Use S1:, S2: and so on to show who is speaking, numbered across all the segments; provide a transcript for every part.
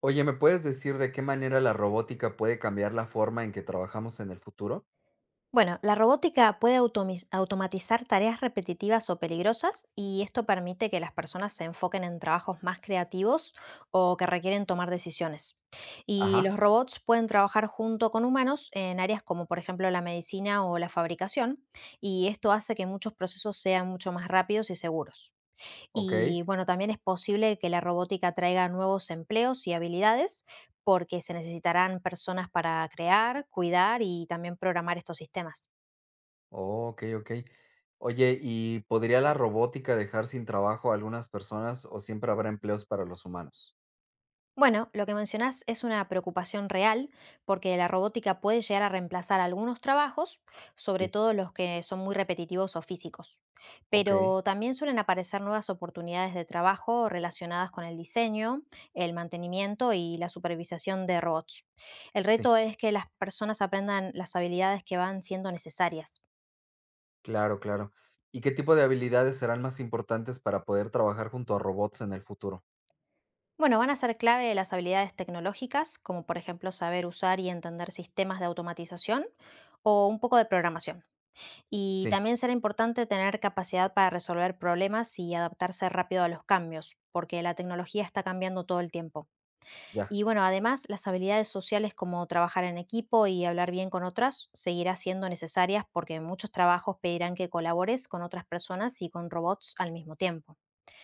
S1: Oye, ¿me puedes decir de qué manera la robótica puede cambiar la forma en que trabajamos en el futuro?
S2: Bueno, la robótica puede automatizar tareas repetitivas o peligrosas y esto permite que las personas se enfoquen en trabajos más creativos o que requieren tomar decisiones. Y
S1: Ajá.
S2: los robots pueden trabajar junto con humanos en áreas como por ejemplo la medicina o la fabricación y esto hace que muchos procesos sean mucho más rápidos y seguros.
S1: Ok,
S2: Y bueno, también es posible que la robótica traiga nuevos empleos y habilidades porque se necesitarán personas para crear, cuidar y también programar estos sistemas.
S1: oh, ok, ok. Oye, ¿y podría la robótica dejar sin trabajo a algunas personas o siempre habrá empleos para los humanos?
S2: Bueno, lo que mencionás es una preocupación real porque la robótica puede llegar a reemplazar algunos trabajos, sobre
S1: Sí.
S2: todo los que son muy repetitivos o físicos.
S1: Ok,
S2: Pero también suelen aparecer nuevas oportunidades de trabajo relacionadas con el diseño, el mantenimiento y la supervisación de robots. El
S1: sí,
S2: reto es que las personas aprendan las habilidades que van siendo necesarias.
S1: claro, claro. ¿Y qué tipo de habilidades serán más importantes para poder trabajar junto a robots en el futuro?
S2: Bueno, van a ser clave las habilidades tecnológicas, como por ejemplo saber usar y entender sistemas de automatización o un poco de programación. Y
S1: Sí,
S2: también será importante tener capacidad para resolver problemas y adaptarse rápido a los cambios, porque la tecnología está cambiando todo el tiempo.
S1: ya,
S2: Y bueno, además, las habilidades sociales como trabajar en equipo y hablar bien con otras seguirá siendo necesarias porque muchos trabajos pedirán que colabores con otras personas y con robots al mismo tiempo.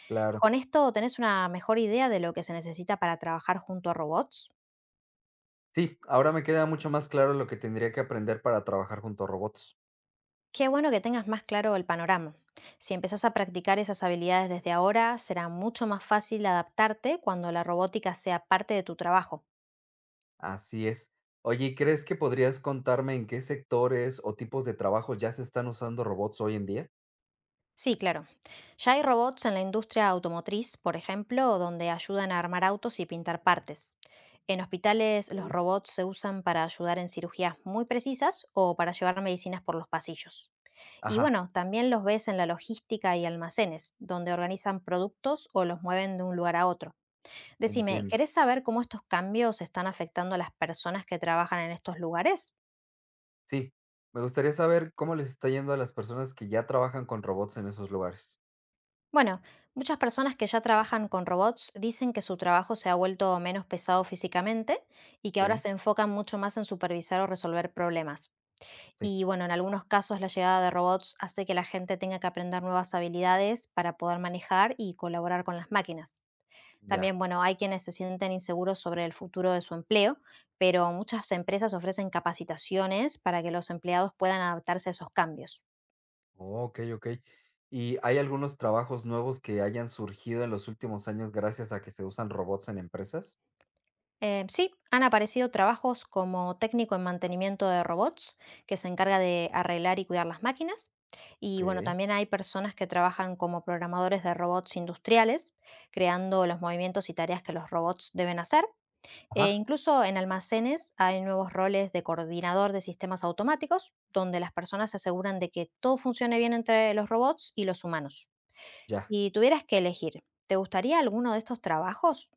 S1: claro.
S2: ¿Con esto tenés una mejor idea de lo que se necesita para trabajar junto a robots?
S1: Sí, ahora me queda mucho más claro lo que tendría que aprender para trabajar junto a robots.
S2: Qué bueno que tengas más claro el panorama. Si empiezas a practicar esas habilidades desde ahora, será mucho más fácil adaptarte cuando la robótica sea parte de tu trabajo.
S1: Así es. Oye, ¿y crees que podrías contarme en qué sectores o tipos de trabajos ya se están usando robots hoy en día?
S2: Sí, claro. Ya hay robots en la industria automotriz, por ejemplo, donde ayudan a armar autos y pintar partes. En hospitales, los
S1: Ok.
S2: robots se usan para ayudar en cirugías muy precisas o para llevar medicinas por los pasillos. Y
S1: Ajá,
S2: bueno, también los ves en la logística y almacenes, donde organizan productos o los mueven de un lugar a otro. Decime,
S1: entiendo.
S2: ¿querés saber cómo estos cambios están afectando a las personas que trabajan en estos lugares?
S1: Sí, me gustaría saber cómo les está yendo a las personas que ya trabajan con robots en esos lugares.
S2: Bueno, muchas personas que ya trabajan con robots dicen que su trabajo se ha vuelto menos pesado físicamente y que ahora
S1: Ok.
S2: se enfocan mucho más en supervisar o resolver problemas.
S1: Sí,
S2: Y bueno, en algunos casos la llegada de robots hace que la gente tenga que aprender nuevas habilidades para poder manejar y colaborar con las máquinas.
S1: ya.
S2: También, bueno, hay quienes se sienten inseguros sobre el futuro de su empleo, pero muchas empresas ofrecen capacitaciones para que los empleados puedan adaptarse a esos cambios.
S1: Oh, ok, ok. ¿Y hay algunos trabajos nuevos que hayan surgido en los últimos años gracias a que se usan robots en empresas?
S2: Sí, han aparecido trabajos como técnico en mantenimiento de robots, que se encarga de arreglar y cuidar las máquinas. Y bueno,
S1: Ok.
S2: también hay personas que trabajan como programadores de robots industriales, creando los movimientos y tareas que los robots deben hacer. E
S1: Ajá.
S2: incluso en almacenes hay nuevos roles de coordinador de sistemas automáticos, donde las personas se aseguran de que todo funcione bien entre los robots y los humanos.
S1: Ya.
S2: Si tuvieras que elegir, ¿te gustaría alguno de estos trabajos?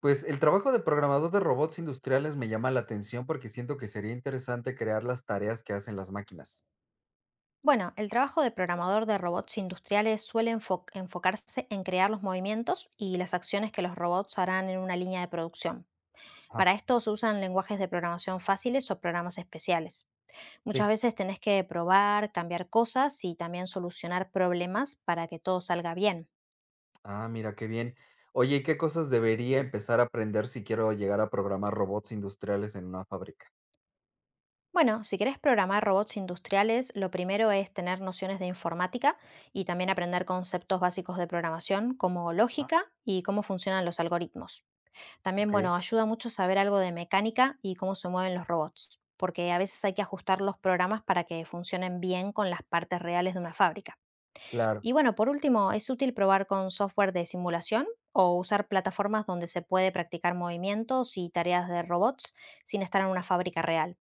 S1: Pues el trabajo de programador de robots industriales me llama la atención porque siento que sería interesante crear las tareas que hacen las máquinas.
S2: Bueno, el trabajo de programador de robots industriales suele enfocarse en crear los movimientos y las acciones que los robots harán en una línea de producción.
S1: Ah,
S2: Para esto se usan lenguajes de programación fáciles o programas especiales. Muchas
S1: sí.
S2: veces tenés que probar, cambiar cosas y también solucionar problemas para que todo salga bien.
S1: Ah, mira, qué bien. Oye, ¿y qué cosas debería empezar a aprender si quiero llegar a programar robots industriales en una fábrica?
S2: Bueno, si querés programar robots industriales, lo primero es tener nociones de informática y también aprender conceptos básicos de programación como
S1: Ah,
S2: lógica y cómo funcionan los algoritmos. También,
S1: ok,
S2: bueno, ayuda mucho saber algo de mecánica y cómo se mueven los robots, porque a veces hay que ajustar los programas para que funcionen bien con las partes reales de una fábrica.
S1: claro,
S2: Y bueno, por último, ¿es útil probar con software de simulación o usar plataformas donde se puede practicar movimientos y tareas de robots sin estar en una fábrica real?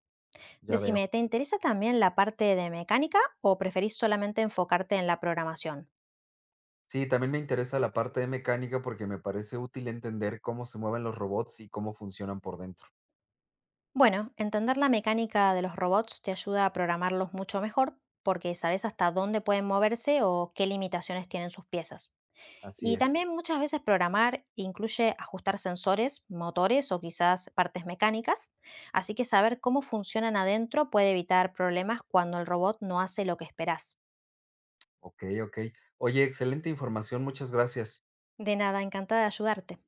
S1: ya veo.
S2: Decime, ¿te interesa también la parte de mecánica o preferís solamente enfocarte en la programación?
S1: Sí, también me interesa la parte de mecánica porque me parece útil entender cómo se mueven los robots y cómo funcionan por dentro.
S2: Bueno, entender la mecánica de los robots te ayuda a programarlos mucho mejor porque sabes hasta dónde pueden moverse o qué limitaciones tienen sus piezas.
S1: Así
S2: Y
S1: es.
S2: también muchas veces programar incluye ajustar sensores, motores o quizás partes mecánicas, así que saber cómo funcionan adentro puede evitar problemas cuando el robot no hace lo que esperas.
S1: Ok, ok. Oye, excelente información, muchas gracias.
S2: De nada, encantada de ayudarte.